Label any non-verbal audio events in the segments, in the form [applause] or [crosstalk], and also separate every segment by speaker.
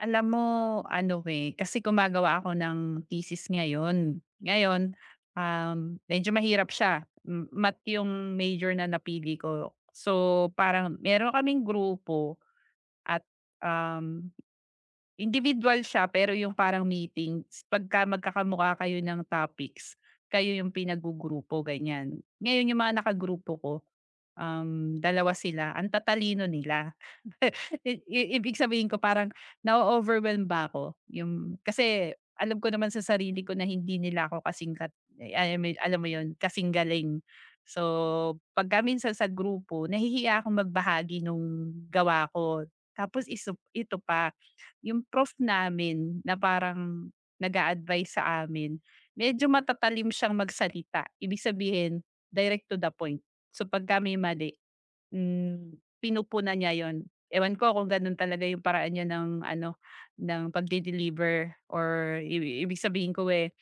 Speaker 1: Alam mo ano, eh, kasi gumagawa ako ng thesis ngayon. Ngayon, medyo mahirap siya, math yung major na napili ko. So, parang meron kaming grupo at, um, individual siya, pero yung parang meetings, pagka magkakamukha kayo ng topics, kayo yung pinaggugrupo, ganyan. Ngayon yung mga nakagrupo ko, dalawa sila, ang tatalino nila. I ibig sabihin ko, parang na overwhelm ba ako, yung kasi alam ko naman sa sarili ko na hindi nila ako kasing kat I mean, alam mo yun, kasing galing. So, pagka minsan sa grupo, nahihiya akong magbahagi nung gawa ko. Tapos ito pa, yung prof namin na parang nag a sa amin, medyo matatalim siyang magsalita. Ibig sabihin, direct to the point. So, pagka may mali, pinupunan niya 'yun. Ewan ko kung gano'n talaga yung paraan niya ng ano, ng pagde-deliver, or ibig sabihin ko, eh,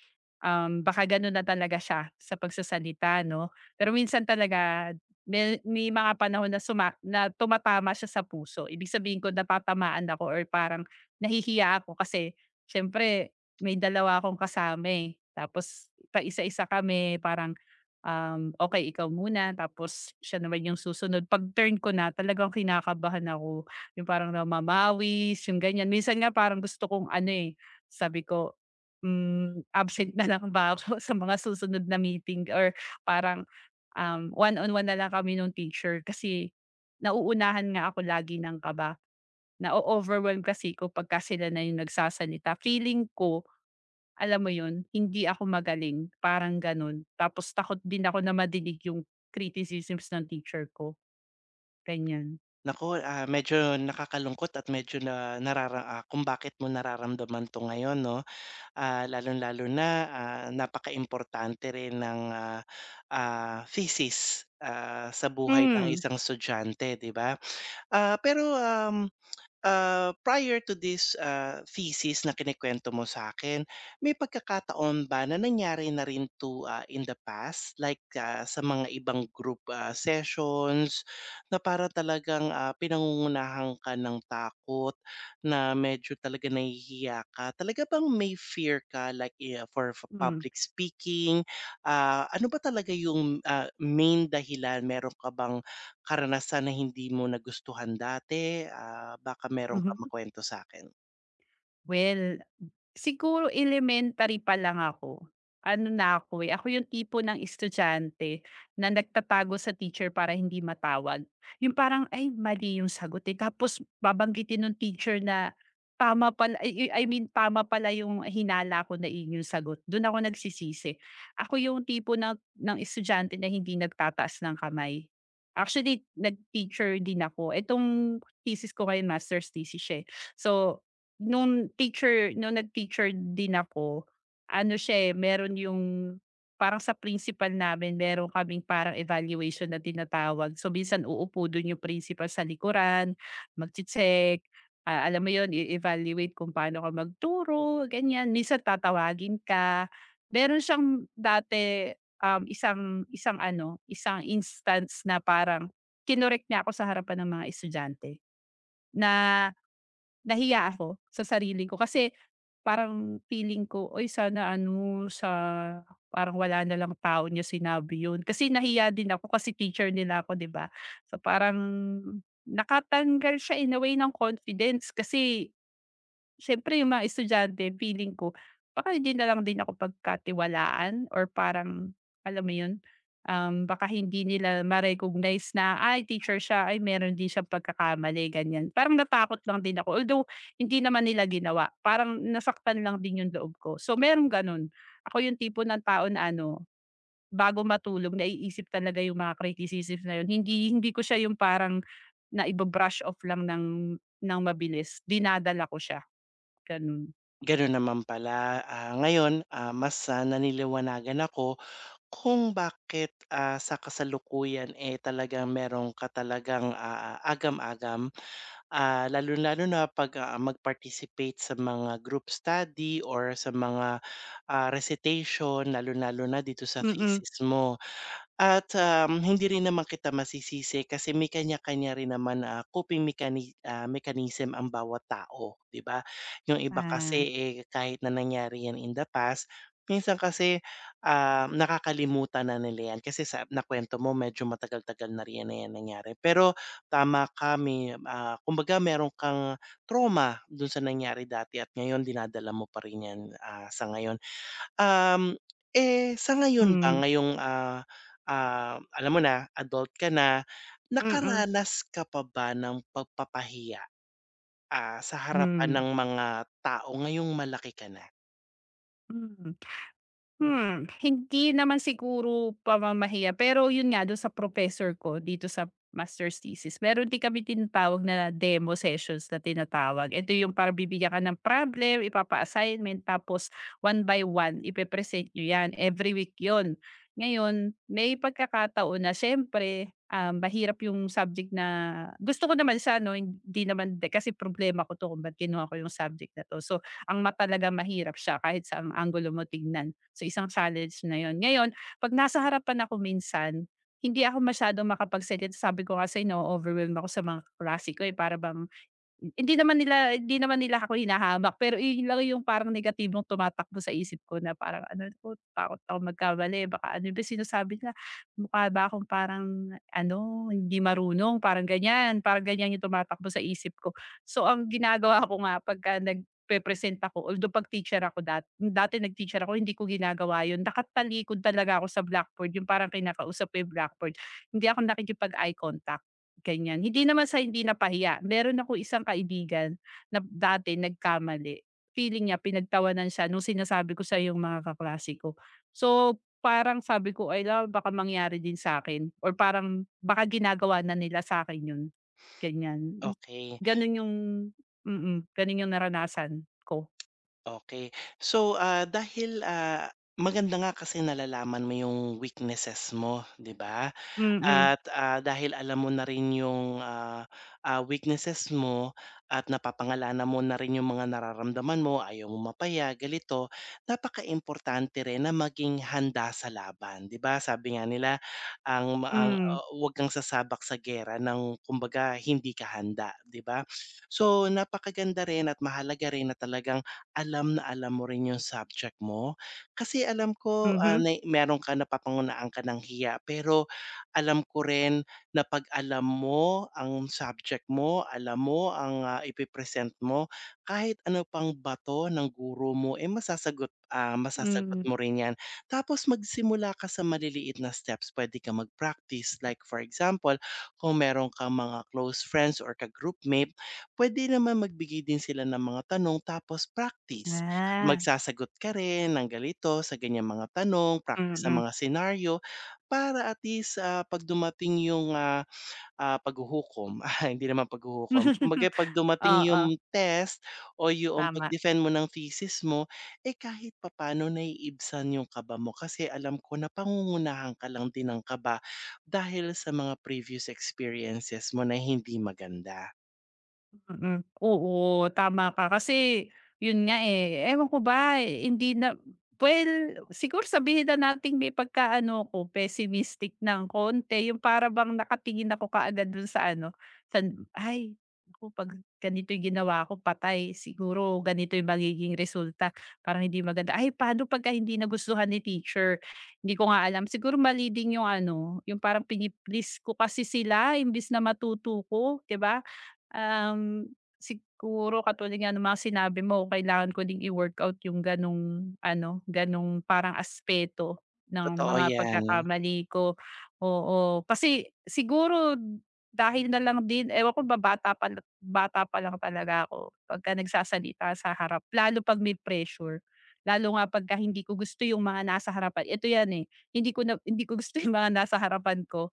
Speaker 1: baka gano'n na talaga siya sa pagsasalita 'no. Pero minsan talaga may mga panahon na suma na tumatama siya sa puso. Ibig sabihin ko, natatamaan ako, or parang nahihiya ako kasi siyempre may dalawa akong kasama, eh, tapos paisa-isa kami, parang, okey, ikaw muna, tapos siya naman yung susunod. 'Pag turn ko na, talagang kinakabahan ako, yung parang namamawis, yung ganyan. Minsan nga parang gusto kong ano, eh, sabi ko, absent na lang ba ako [laughs] sa mga susunod na meeting, or parang, one on one na lang kami nung teacher, kasi nauunahan nga ako lagi ng kaba. Na-o-overwhelm kasi ko pagka sila na yung nagsasalita. Feeling ko, alam mo 'yun, hindi ako magaling, parang gano'n. Tapos takot din ako na madinig yung criticisms ng teacher ko, ganiyan.
Speaker 2: Naku, medyo nakakalungkot at medyo kung bakit mo nararamdaman 'to ngayon 'no. Lalong-lalo na, napakaimportante rin ng, thesis, sa buhay ng
Speaker 1: Hmm,
Speaker 2: isang estudyante, 'di ba? Pero, prior to this, thesis na kinukuwento mo sa akin, may pagkakataon ba na nangyari na rin 'to, in the past? Like, sa mga ibang group, sessions na para talagang, pinangungunahan ka ng takot na medyo talaga nahihiya ka. Talaga bang may fear ka like, for
Speaker 1: hmm,
Speaker 2: public speaking? Ano ba talaga yung, main dahilan? Meron ka bang karanasan na hindi mo nagustuhan dati, baka meron kang
Speaker 1: mhm.
Speaker 2: sa akin?
Speaker 1: Well, siguro elementary pa lang ako. Ano na ako, eh, ako yung tipo ng estudyante na nagtatago sa teacher para hindi matawag. Yung parang, "Ay, mali yung sagot, eh." Tapos babanggitin ng teacher na tama pala, ay, I mean, tama pala yung hinala ko na iyon yung sagot. Dun ako nagsisisi. Ako yung tipo ng estudyante na hindi nagtataas ng kamay. Actually, nag-teacher din ako. Itong thesis ko ngayon, master's thesis siya, eh. So, nung nag-teacher din ako, ano siya, eh, meron yung parang, sa principal namin, meron kaming parang evaluation na tinatawag. So, minsan uupo dun yung principal sa likuran, magche-check, alam mo yun, i-evaluate kung paano ka magturo, ganyan. Minsan tatawagin ka. Meron siyang dati, isang isang ano, isang instance na parang kinorek niya ako sa harapan ng mga estudyante, na nahiya ako sa sarili ko, kasi parang feeling ko, oy sana ano, sa parang wala na lang tao niya sinabi yun." Kasi nahiya din ako kasi teacher nila ako, 'di ba? So, parang nakatanggal siya in a way ng confidence, kasi siyempre yung mga estudyante, feeling ko baka hindi na lang din ako pagkatiwalaan, or parang, alam mo yun, baka hindi nila ma-recognize na, ay, teacher siya, ay, meron din siyang pagkakamali, ganyan. Parang natakot lang din ako, although hindi naman nila ginawa, parang nasaktan lang din yung loob ko. So, merong ganun. Ako yung tipo ng tao na ano, bago matulog, naiisip talaga yung mga criticisms na yun. Hindi hindi ko siya yung parang na iba off lang ng mabilis, dinadala ko siya. Ganun.
Speaker 2: Gano'n naman pala, ngayon, mas, naniliwanagan ako kung bakit, sa kasalukuyan, talagang meron ka talagang, agam-agam, lalong-lalo na 'pag, mag-participate sa mga group study or sa mga, recitation, lalong-lalo na dito sa
Speaker 1: Mm.
Speaker 2: thesis mo. At, hindi rin naman kita masisisi kasi may kanya-kanya rin naman na coping mechanism ang bawat tao, 'di ba? Yung iba kasi,
Speaker 1: Ah.
Speaker 2: kahit na nangyari yan in the past, minsan kasi, nakakalimutan na nila yan kasi sa nakwento mo medyo matagal-tagal na rin yan, na yan nangyari. Pero tama ka may, kumbaga meron kang trauma dun sa nangyari dati at ngayon dinadala mo pa rin yan, sa ngayon. Um, sa ngayon ba
Speaker 1: Hmm,
Speaker 2: ngayong, alam mo na, adult ka na,
Speaker 1: mm,
Speaker 2: nakaranas ka pa ba ng pagpapahiya, sa harapan
Speaker 1: hmm,
Speaker 2: ng mga tao ngayong malaki ka na?
Speaker 1: hmm. Hmm, hindi naman siguro pamamahiya, pero yun nga dun sa professor ko dito sa master's thesis, meron din kami tinatawag na demo sessions na tinatawag. Ito yung parang bibigyan ka ng problem, ipapa-assignment, tapos one by one ipe-present nyo yan, every week yon. Ngayon, may pagkakataon na, siyempre, mahirap yung subject na gusto ko naman sa 'no, hindi naman kasi problema ko 'to kung ba't kinuha ko yung subject na 'to. So, ang math talaga, mahirap siya kahit sa ang anggulo mo tignan. So, isang challenge na yon. Ngayon, 'pag nasa harapan ako minsan, hindi ako masyadong makapagsalita. Sabi ko kasi, no, na overwhelm ako sa mga kaklase ko, eh, para bang hindi naman nila ako hinahamak, pero iyon lang yung parang negatibong tumatakbo sa isip ko, na parang ano ko, takot ako magkamali, baka ano ba sinasabi nila, mukha ba akong parang ano, hindi marunong, parang ganyan yung tumatakbo sa isip ko. So, ang ginagawa ko nga pagka nagpe-present ako, although 'pag teacher ako, dati nag-teacher ako, hindi ko ginagawa yun, nakatalikod talaga ako sa blackboard, yung parang kinakausap ko yung blackboard. Hindi ako nakikipag-eye contact. Ganyan, hindi naman sa hindi napahiya, meron ako isang kaibigan na dati nagkamali, feeling niya pinagtawanan siya nung sinasabi ko sa yung mga kaklase ko. So, parang sabi ko, ay, "Hala, baka mangyari din sa akin, or parang baka ginagawa na nila sa akin yun, ganyan.
Speaker 2: Okay.
Speaker 1: Ganun yung ganun yung naranasan ko.
Speaker 2: Okay. So, dahil, maganda nga kasi nalalaman mo yung weaknesses mo, 'di ba?
Speaker 1: Mm-mm.
Speaker 2: At, dahil alam mo na rin yung, weaknesses mo at napapangalanan mo na rin yung mga nararamdaman mo, ayaw mong mapaya. Napaka importante rin na maging handa sa laban, 'di ba? Sabi nga nila,
Speaker 1: Mm,
Speaker 2: huwag kang sasabak sa giyera ng kumbaga hindi ka handa, 'di ba? So, napakaganda rin at mahalaga rin na talagang alam na alam mo rin yung subject mo. Kasi alam
Speaker 1: hmm,
Speaker 2: ko,
Speaker 1: mhm,
Speaker 2: na meron ka napapangunahan ka ng hiya pero alam ko rin na 'pag alam mo ang subject mo, alam mo ang, ipe-present mo, kahit ano pang bato ng guro mo, masasagot
Speaker 1: mm.
Speaker 2: mo rin 'yan. Tapos magsimula ka sa maliliit na steps. Pwede ka mag-practice like for example, kung meron ka mga close friends or ka-groupmate, pwede naman magbigay din sila ng mga tanong tapos practice.
Speaker 1: Ah,
Speaker 2: Magsasagot ka rin ng ganito sa ganyang mga tanong, practice ng
Speaker 1: mm.
Speaker 2: mga senaryo para at least, 'pag dumating yung, paghuhukom, [laughs] hindi naman paghuhukom,
Speaker 1: [laughs]
Speaker 2: kumbaga 'pag dumating
Speaker 1: Oo,
Speaker 2: yung test o yung
Speaker 1: tama.
Speaker 2: pag-defend mo ng thesis mo, kahit papaano naiibsan yung kaba mo kasi alam ko na pangungunahan ka lang din ng kaba dahil sa mga previous experiences mo na hindi maganda.
Speaker 1: Mm, oo tama ka, kasi yun nga, eh, ewan ko ba, eh, hindi na, well, siguro sabihin na nating may pagka-ano ko, pessimistic ng konti, yung para bang nakatingin ako kaagad dun sa ano, sa, ay naku, 'pag ganito yung ginawa ko, patay, siguro ganito yung magiging resulta, parang hindi maganda. Ay, paano pagka hindi nagustuhan ni teacher? Hindi ko nga alam, siguro mali din yung ano, yung parang pini ko kasi sila imbis na matuto ko, 'di ba? Um, siguro katulad nga ng mga sinabi mo, kailangan ko ding i-workout yung ganong ano, ganong parang aspeto ng
Speaker 2: Totoo
Speaker 1: mga
Speaker 2: yan.
Speaker 1: pagkakamali ko, oo. Kasi siguro dahil na lang din, ewan ko ba, bata pa lang talaga ako pagka nagsasalita sa harap, lalo 'pag may pressure. Lalo nga pagka hindi ko gusto yung mga nasa harapan, ito yan, eh, hindi ko gusto [laughs] yung mga nasa harapan ko,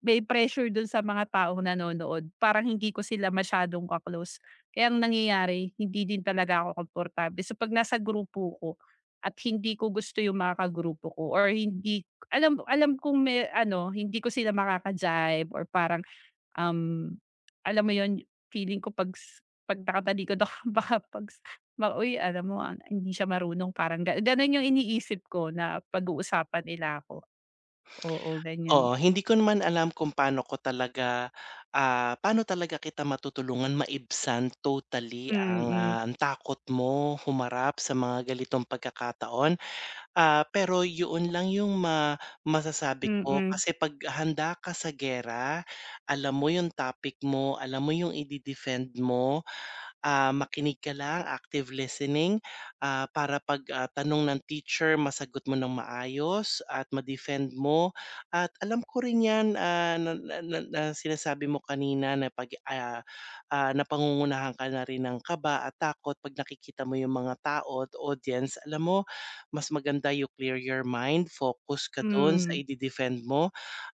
Speaker 1: may pressure dun sa mga taong nanonood, parang hindi ko sila masyadong ka-close. Kaya ang nangyayari, hindi din talaga ako komportable. So, 'pag nasa grupo ko at hindi ko gusto yung mga kagrupo ko, or hindi alam alam kong may ano, hindi ko sila makaka-jibe, or parang, um, alam mo yun, feeling ko 'pag 'pag nakatalikod ako, [laughs] baka 'pag ba, "Uy, alam mo, ah, hindi siya marunong." Parang ganun yung iniisip ko na pag-uusapan nila ako. Oo, ganyan.
Speaker 2: Oo, hindi ko naman alam kung paano talaga kita matutulungan maibsan totally ang,
Speaker 1: Mm,
Speaker 2: ah, ang takot mo humarap sa mga ganitong pagkakataon. Pero yun lang yung masasabi ko
Speaker 1: mm.
Speaker 2: kasi 'pag handa ka sa giyera, alam mo yung topic mo, alam mo yung ide-defend mo, makinig ka lang, active listening, para 'pag, tanong ng teacher masagot mo ng maayos at ma-defend mo. At alam ko rin 'yan, na na na na sinasabi mo kanina na 'pag, napangungunahan ka na rin ng kaba at takot 'pag nakikita mo yung mga tao at audience. Alam mo, mas maganda you clear your mind, focus ka dun sa
Speaker 1: Hmm,
Speaker 2: ide-defend mo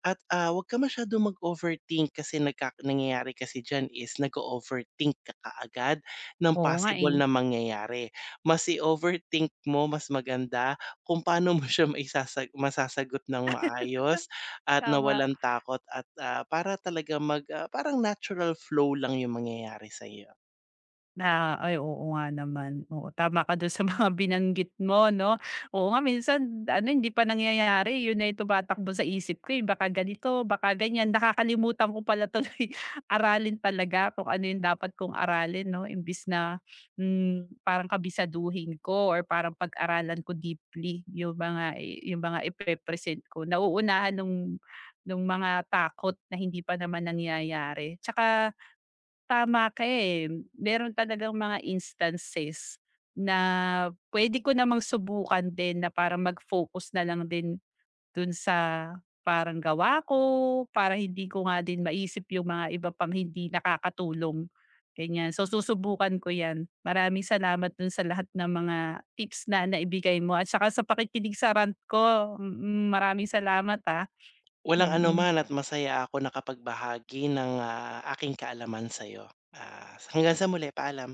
Speaker 2: at, huwag ka masyadong mag-overthink kasi nangyayari kasi diyan is nag overthink ka kaagad ng
Speaker 1: oo nga, eh.
Speaker 2: possible na mangyayari. Mas i-overthink mo, mas maganda kung paano mo siya masasagot ng maayos at nawalan
Speaker 1: Tama
Speaker 2: walang takot at, para talaga parang natural flow lang yung mangyayari sa iyo.
Speaker 1: na, ay, oo nga naman. Oo, tama ka dun sa [laughs] mga binanggit mo 'no. Oo nga, minsan ano, hindi pa nangyayari yun na yung tumatakbo sa isip ko, eh, baka ganito, baka ganyan. Nakakalimutan ko pala tuloy [laughs] aralin talaga kung ano yung dapat kong aralin 'no, imbis na, parang kabisaduhin ko or parang pag-aralan ko deeply yung mga iprepresent ko. Nauunahan nung mga takot na hindi pa naman nangyayari. Tsaka, tama ka, eh. Meron talagang mga instances na puwede ko namang subukan din na parang mag-focus na lang din dun sa parang gawa ko, para hindi ko nga din maisip yung mga iba pang hindi nakakatulong, ganyan. So, susubukan ko 'yan. Maraming salamat dun sa lahat ng mga tips na naibigay mo at saka sa pakikinig sa rant ko. Mm, mm, maraming salamat, ah.
Speaker 2: Walang
Speaker 1: Mm.
Speaker 2: anuman
Speaker 1: Mm.
Speaker 2: at masaya ako nakapagbahagi ng, aking kaalaman sa iyo. Hanggang sa muli, paalam.